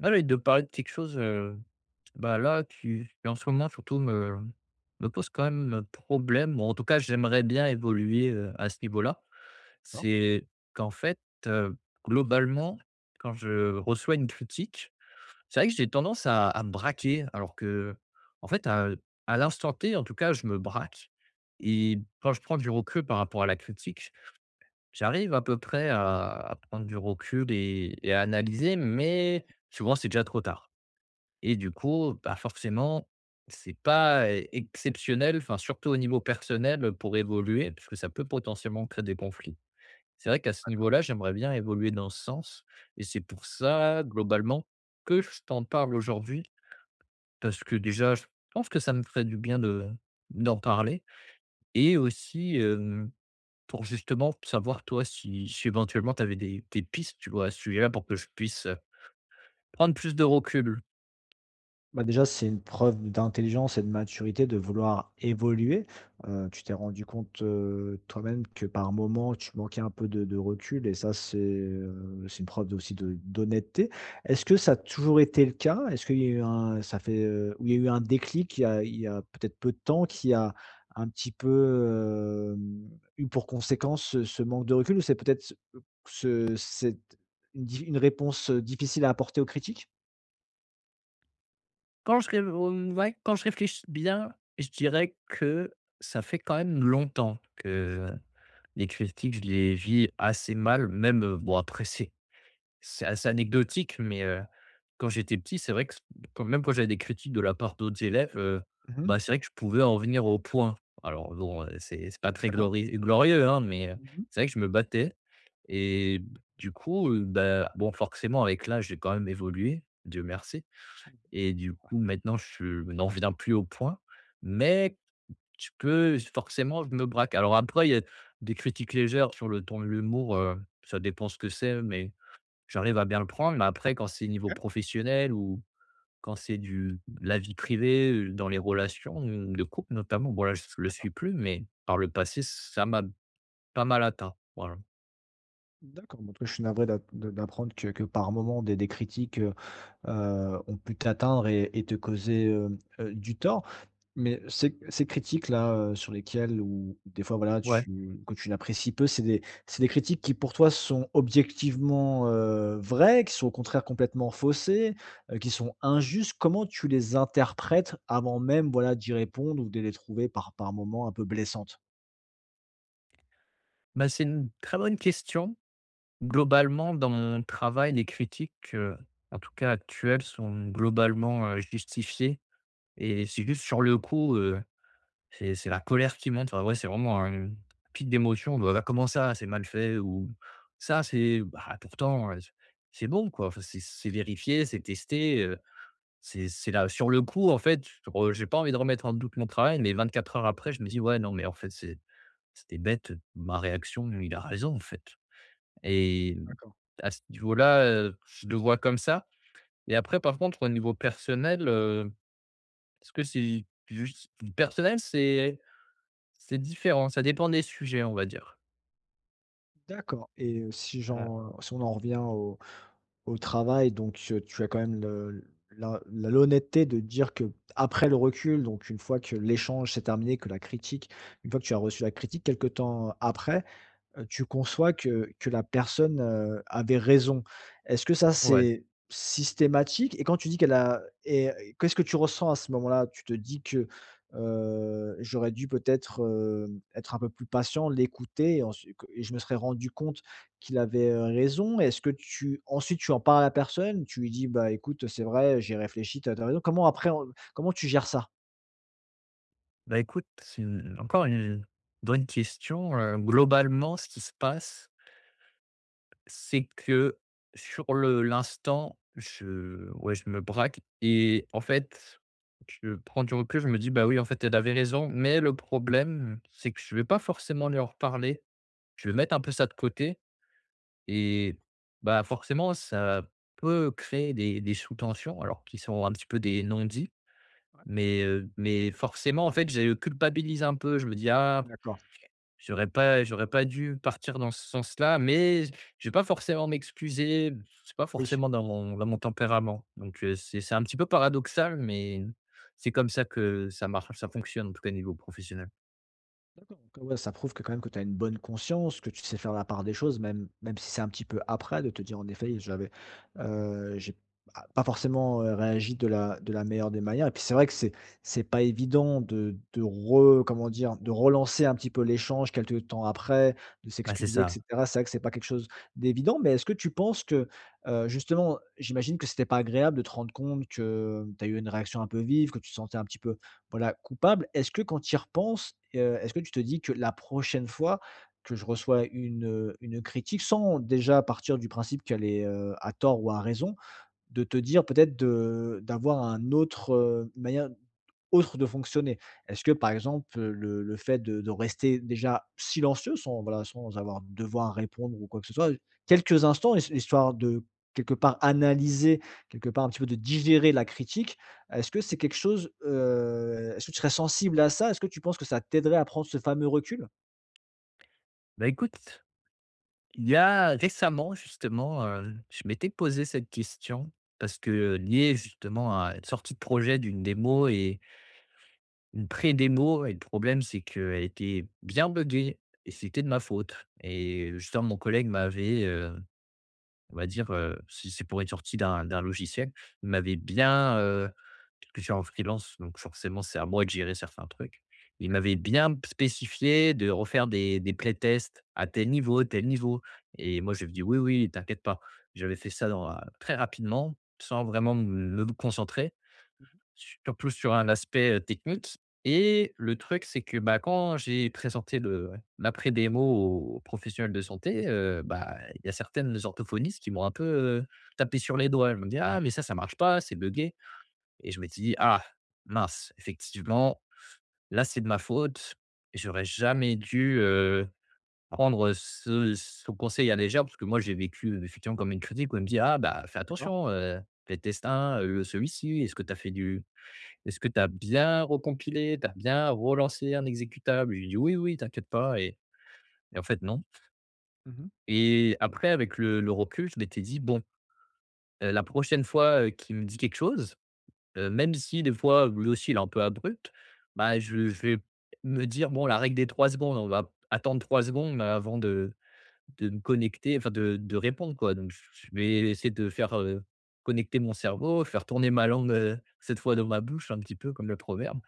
Moi, j'avais de parler de quelque chose, bah, là, qui en ce moment surtout me pose quand même problème. Bon, en tout cas j'aimerais bien évoluer, à ce niveau-là. D'accord. C'est qu'en fait, heu, globalement, quand je reçois une critique, c'est vrai que j'ai tendance à me braquer alors que en fait, à l'instant T, en tout cas, je me braque et quand je prends du recul par rapport à la critique, j'arrive à peu près à prendre du recul et à analyser mais souvent c'est déjà trop tard. Et du coup, bah, forcément, c'est pas e exceptionnel, enfin, surtout au niveau personnel, pour évoluer, parce que ça peut potentiellement créer des conflits. C'est vrai qu'à ce niveau-là, j'aimerais bien évoluer dans ce sens et c'est pour ça, globalement, que je t'en parle aujourd'hui parce que déjà, je pense que ça me ferait du bien de d'en parler et aussi, pour justement savoir toi si éventuellement tu avais des pistes, tu vois, à ce sujet-là pour que je puisse, prendre plus de recul. Bah, déjà, c'est une preuve d'intelligence et de maturité de vouloir évoluer. Tu t'es rendu compte, toi-même que par moments, tu manquais un peu de recul et ça, c'est une preuve de aussi de d'honnêteté. Est-ce que ça a toujours été le cas? Est-ce qu'il y a eu un ça fait, où il y a eu un déclic il y a peut-être peu de temps qui a un petit peu, eu pour conséquence ce manque de recul ou c'est peut-être ce cette une réponse, difficile à apporter aux critiques? Quand je ré mmh, ouais, quand je réfléchis bien, je dirais que ça fait quand même longtemps que les critiques, je les vis assez mal, même, bon après c'est assez anecdotique, mais, quand j'étais petit, c'est vrai que quand même quand j'avais des critiques de la part d'autres élèves, Mmh. bah, c'est vrai que je pouvais en venir au point. Alors bon, c'est pas très D'accord. Glorieux, hein, mais, Mmh. c'est vrai que je me battais et du coup, bah, bon forcément avec l'âge, j'ai quand même évolué, Dieu merci et du coup, maintenant, je n'en viens plus au point, mais tu peux forcément, je me braque. Alors après, il y a des critiques légères sur le ton de l'humour, ça dépend ce que c'est, mais j'arrive à bien le prendre. Mais après, quand c'est niveau professionnel ou quand c'est du la vie privée, dans les relations, de couple notamment, bon là, je le suis plus, mais par le passé, ça m'a pas mal atteint. Voilà. D'accord. Bon, en tout cas, je suis navré d'apprendre que par moment des critiques, ont pu t'atteindre et te causer, du tort. Mais ces critiques-là, sur lesquelles ou des fois, voilà, Ouais, tu que tu n'apprécies peu, c'est des critiques qui pour toi sont objectivement, vraies, qui sont au contraire complètement faussées? Qui sont injustes, comment tu les interprètes avant même, voilà, d'y répondre ou de les trouver par moments un peu blessantes? bah, c'est une très bonne question. Globalement, dans mon travail, les critiques, en tout cas actuelles, sont globalement, justifiées et c'est juste sur le coup, c'est la colère qui monte. Enfin, ouais, c'est vraiment un pic d'émotion. «Bah là, comment ça? C'est mal fait» ou «Ça, c'est bah, pourtant, c'est bon, quoi». Enfin, c'est vérifié, c'est testé, c'est là sur le coup, en fait, re j'ai pas envie de remettre en doute mon travail, mais 24 heures après, je me dis: «Ouais, non, mais en fait, c'était bête, ma réaction, il a raison, en fait». Et à ce niveau-là, je le vois comme ça et après par contre au niveau personnel, est-ce que c'est juste personnel, c'est différent, ça dépend des sujets, on va dire. D'accord et si Ouais. j'en si on en revient au au travail, donc tu as quand même le la l'honnêteté de dire que après le recul, donc une fois que l'échange s'est terminé, que la critique une fois que tu as reçu la critique quelque temps après, tu conçois que la personne, avait raison. Est-ce que ça, Ouais, c'est systématique? Et quand tu dis qu'elle a et qu'est-ce que tu ressens à ce moment-là? Tu te dis que, «J'aurais dû peut-être, être un peu plus patient, l'écouter et ensuite que et je me serais rendu compte qu'il avait, raison». Est-ce que tu ensuite tu en parles à la personne? Tu lui dis: «Bah, écoute, c'est vrai, j'ai réfléchi, tu as raison». Comment après on comment tu gères ça? bah, écoute, c'est une encore une bonne question, globalement ce qui se passe, c'est que sur le l'instant, je ouais, je me braque et en fait, je prends du recul, je me dis: «Bah, oui, en fait, elle avait raison» mais le problème, c'est que je vais pas forcément lui en reparler. Je vais mettre un peu ça de côté et bah, forcément, ça peut créer des sous-tensions alors qui sont un petit peu des non-dits, Ouais, mais forcément, en fait, je culpabilise un peu. Je me dis: «Ah, d'accord, j'aurais pas dû partir dans ce sens-là», mais je vais pas forcément m'excuser. C'est pas oui. forcément dans mon tempérament, donc c'est un petit peu paradoxal, mais c'est comme ça que ça marche, ça fonctionne, en tout cas, au niveau professionnel. D'accord, donc ouais, ça prouve que quand même que tu as une bonne conscience, que tu sais faire la part des choses, même si c'est un petit peu après, de te dire: «En effet, j'avais, j'ai a pas forcément, réagi de la meilleure des manières» et puis c'est vrai que c'est pas évident de re comment dire? De relancer un petit peu l'échange quelques temps après, de Bah, c'est s'excuser et ça. cetera. C'est vrai que c'est pas quelque chose d'évident, mais est-ce que tu penses que, justement, j'imagine que c'était pas agréable de te rendre compte que tu as eu une réaction un peu vive, que tu te sentais un petit peu voilà, coupable. Est-ce que quand tu y repenses, est-ce que tu te dis que la prochaine fois que je reçois une critique sans déjà partir du principe qu'elle est, à tort ou à raison, de te dire peut-être de d'avoir un autre, manière autre de fonctionner? Est-ce que, par exemple, le fait de rester déjà silencieux sans, voilà, sans avoir devoir répondre ou quoi que ce soit, quelques instants his histoire de quelque part analyser, quelque part un petit peu de digérer la critique, est-ce que c'est quelque chose, est-ce que tu serais sensible à ça? Est-ce que tu penses que ça t'aiderait à prendre ce fameux recul? Bah, écoute. Il y a récemment, justement, je m'étais posé cette question parce que lié justement à une sortie de projet d'une démo et une pré-démo et le problème, c'est qu'elle était bien buggée et c'était de ma faute et justement mon collègue m'avait, on va dire, si c'est pour être sorti d'un logiciel, m'avait bien, puisque je suis en freelance, donc forcément, c'est à moi de gérer certains trucs. Il m'avait bien spécifié de refaire des playtests à tel niveau et moi, je lui ai dit: «Oui, oui, t'inquiète pas». J'avais fait ça dans, très rapidement, sans vraiment me concentrer. Surtout sur un aspect, technique et le truc, c'est que, bah, quand j'ai présenté l'après-démo aux professionnels de santé, bah, il y a certaines orthophonistes qui m'ont un peu, heu, tapé sur les doigts. Elles m'ont dit: «Ah mais ça marche pas, c'est buggé» et je m'étais dit: «Ah mince, effectivement, là, c'est de ma faute. J'aurais jamais dû, prendre ce conseil à la légère» parce que moi, j'ai vécu effectivement comme une critique où elle me dit: «Ah bah, fais D'accord. attention, fais test 1, celui-ci, est-ce que tu as fait du» Est-ce que tu as bien recompilé? Tu as bien relancé un exécutable? Il dit: «Oui, oui, t'inquiète pas» et en fait, non Mmh. et après avec le recul, je m'étais dit: «Bon, la prochaine fois, qu'il me dit quelque chose, même si des fois lui aussi il est un peu abrupt, bah, je vais me dire: "Bon, la règle des 3 secondes, on va attendre 3 secondes avant de me connecter, enfin de répondre quoi, donc je vais essayer de faire, connecter mon cerveau, faire tourner ma langue, cette fois dans ma bouche un petit peu comme le proverbe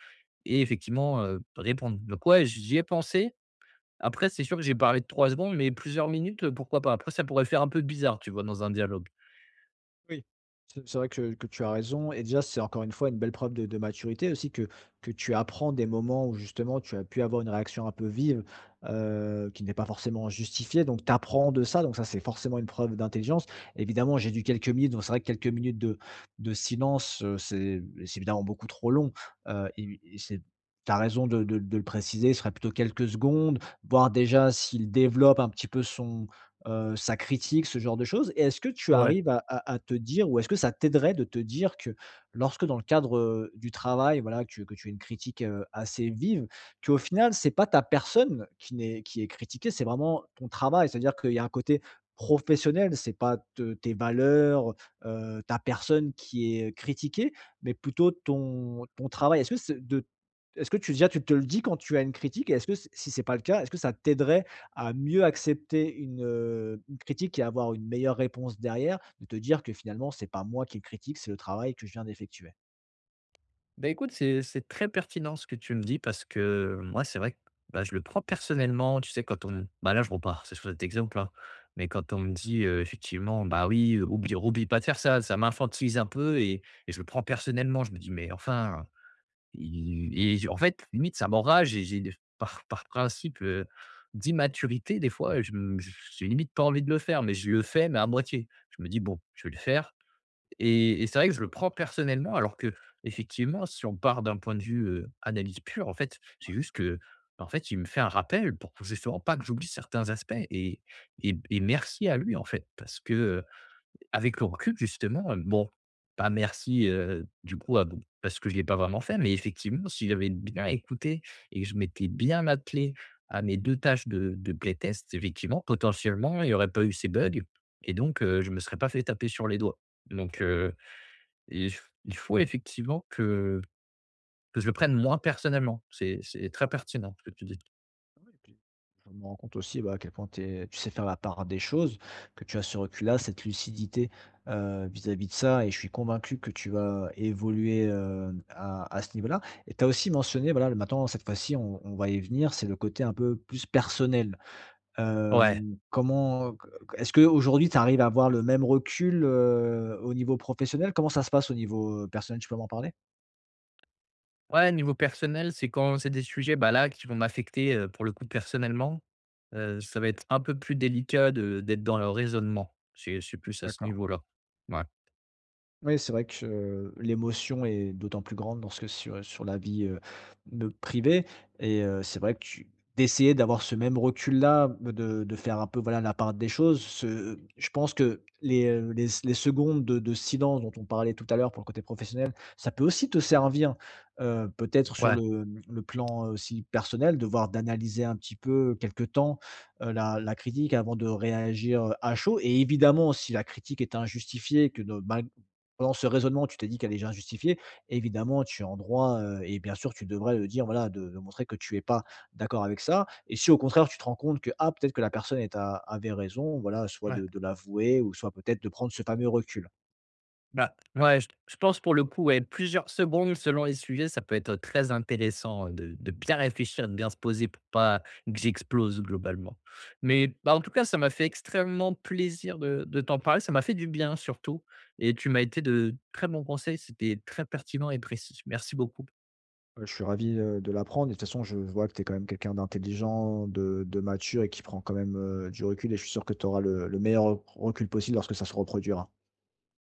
et effectivement, répondre. Donc ouais, j'y ai pensé. Après c'est sûr que j'ai parlé de 3 secondes, mais plusieurs minutes, pourquoi pas? Après ça pourrait faire un peu bizarre, tu vois, dans un dialogue. Oui, c'est vrai que tu as raison et déjà, c'est encore une fois une belle preuve de maturité aussi que tu apprends des moments où justement tu as pu avoir une réaction un peu vive, qui n'est pas forcément justifiée donc tu apprends de ça donc ça, c'est forcément une preuve d'intelligence. Évidemment, j'ai dû quelques minutes donc c'est vrai que quelques minutes de silence, c'est évidemment beaucoup trop long, et c'est tu raison de le préciser, ce serait plutôt quelques secondes, voir déjà s'il développe un petit peu son sa critique, ce genre de choses et est-ce que tu Ouais. arrives à te dire ou est-ce que ça t'aiderait de te dire que lorsque dans le cadre, du travail, voilà, que tu as une critique, assez vive, qu'au final, c'est pas ta personne qui n'est qui est critiquée, c'est vraiment ton travail? C'est-à-dire qu'il y a un côté professionnel, c'est pas te tes valeurs, ta personne qui est critiquée, mais plutôt ton travail. Est-ce que c'est de est-ce que tu déjà tu te le dis quand tu as une critique et est-ce que si c'est pas le cas, est-ce que ça t'aiderait à mieux accepter une critique et avoir une meilleure réponse derrière, de te dire que finalement c'est pas moi qui le critique, c'est le travail que je viens d'effectuer. Bah, écoute, c'est très pertinent ce que tu me dis parce que moi, c'est vrai que bah, je le prends personnellement. Tu sais, quand on. Bah, là, je repars, c'est sur cet exemple-là. Mais quand on me dit effectivement, bah oui, oublie pas de faire ça, ça m'infantilise un peu et je le prends personnellement. Je me dis, mais enfin, il- et en fait, limite, ça m'enrage et j'ai par principe d'immaturité, des fois, j'ai limite pas envie de le faire, mais je le fais, mais à moitié. Je me dis, bon, je vais le faire et c'est vrai que je le prends personnellement alors que effectivement si on part d'un point de vue, analyse pure, en fait, c'est juste que, en fait, il me fait un rappel pour justement pas que j'oublie certains aspects et merci à lui, en fait, parce que, avec le recul justement, bon, pas merci, du coup, à parce que je ne l'ai pas vraiment fait, mais effectivement, si j'avais bien écouté et que je m'étais bien attelé à mes 2 tâches de playtest, effectivement, potentiellement, il y aurait pas eu ces bugs et donc, je ne me serais pas fait taper sur les doigts. Donc, et il faut effectivement que je le prenne moins personnellement. C'est très pertinent ce que tu dis. Oui et puis je me rends compte aussi, bah, à quel point tu tu sais faire la part des choses, que tu as ce recul-là, cette lucidité, vis-à-vis de ça et je suis convaincu que tu vas évoluer, à ce niveau-là et tu as aussi mentionné, voilà, le maintenant cette fois-ci on va y venir, c'est le côté un peu plus personnel. Ouais. Comment est-ce que aujourd'hui tu arrives à avoir le même recul, au niveau professionnel? Comment ça se passe au niveau, personnel? Tu peux m'en parler? Ouais, niveau personnel, c'est quand c'est des sujets, bah, là, qui vont m'affecter, pour le coup personnellement, ça va être un peu plus délicat de d'être dans le raisonnement. C'est plus à ce D'accord. niveau-là. Ouais. Oui, c'est vrai que, l'émotion est d'autant plus grande lorsque sur sur la vie, me privée et c'est vrai que tu d'essayer d'avoir ce même recul-là, bah, de faire un peu, voilà, la part des choses, ce je pense que les secondes de silence dont on parlait tout à l'heure pour le côté professionnel, ça peut aussi te servir, peut-être sur Ouais. le, mmh, le plan aussi personnel, de voir d'analyser un petit peu quelque temps, la la critique avant de réagir, à chaud et évidemment si la critique est injustifiée que de mal dans ce raisonnement, tu t'es dit qu'elle est injustifiée. Évidemment, tu es en droit, et bien sûr, tu devrais le dire, voilà, de montrer que tu n'es pas d'accord avec ça et si au contraire, tu te rends compte que, ah, peut-être que la personne est a avait raison, voilà, soit Ouais. De l'avouer ou soit peut-être de prendre ce fameux recul. Bah, ouais, je pense pour le coup, ouais, plusieurs secondes selon les sujets, ça peut être très intéressant de bien réfléchir, de bien se poser pour pas que j'explose globalement. Mais, bah, en tout cas, ça m'a fait extrêmement plaisir de t'en parler, ça m'a fait du bien surtout et tu m'as été de très bons conseils, c'était très pertinent et précis. Merci beaucoup. Je suis ravi, de l'apprendre et de toute façon, je vois que tu es quand même quelqu'un d'intelligent, de mature et qui prend quand même, du recul et je suis sûr que tu auras le meilleur recul possible lorsque ça se reproduira.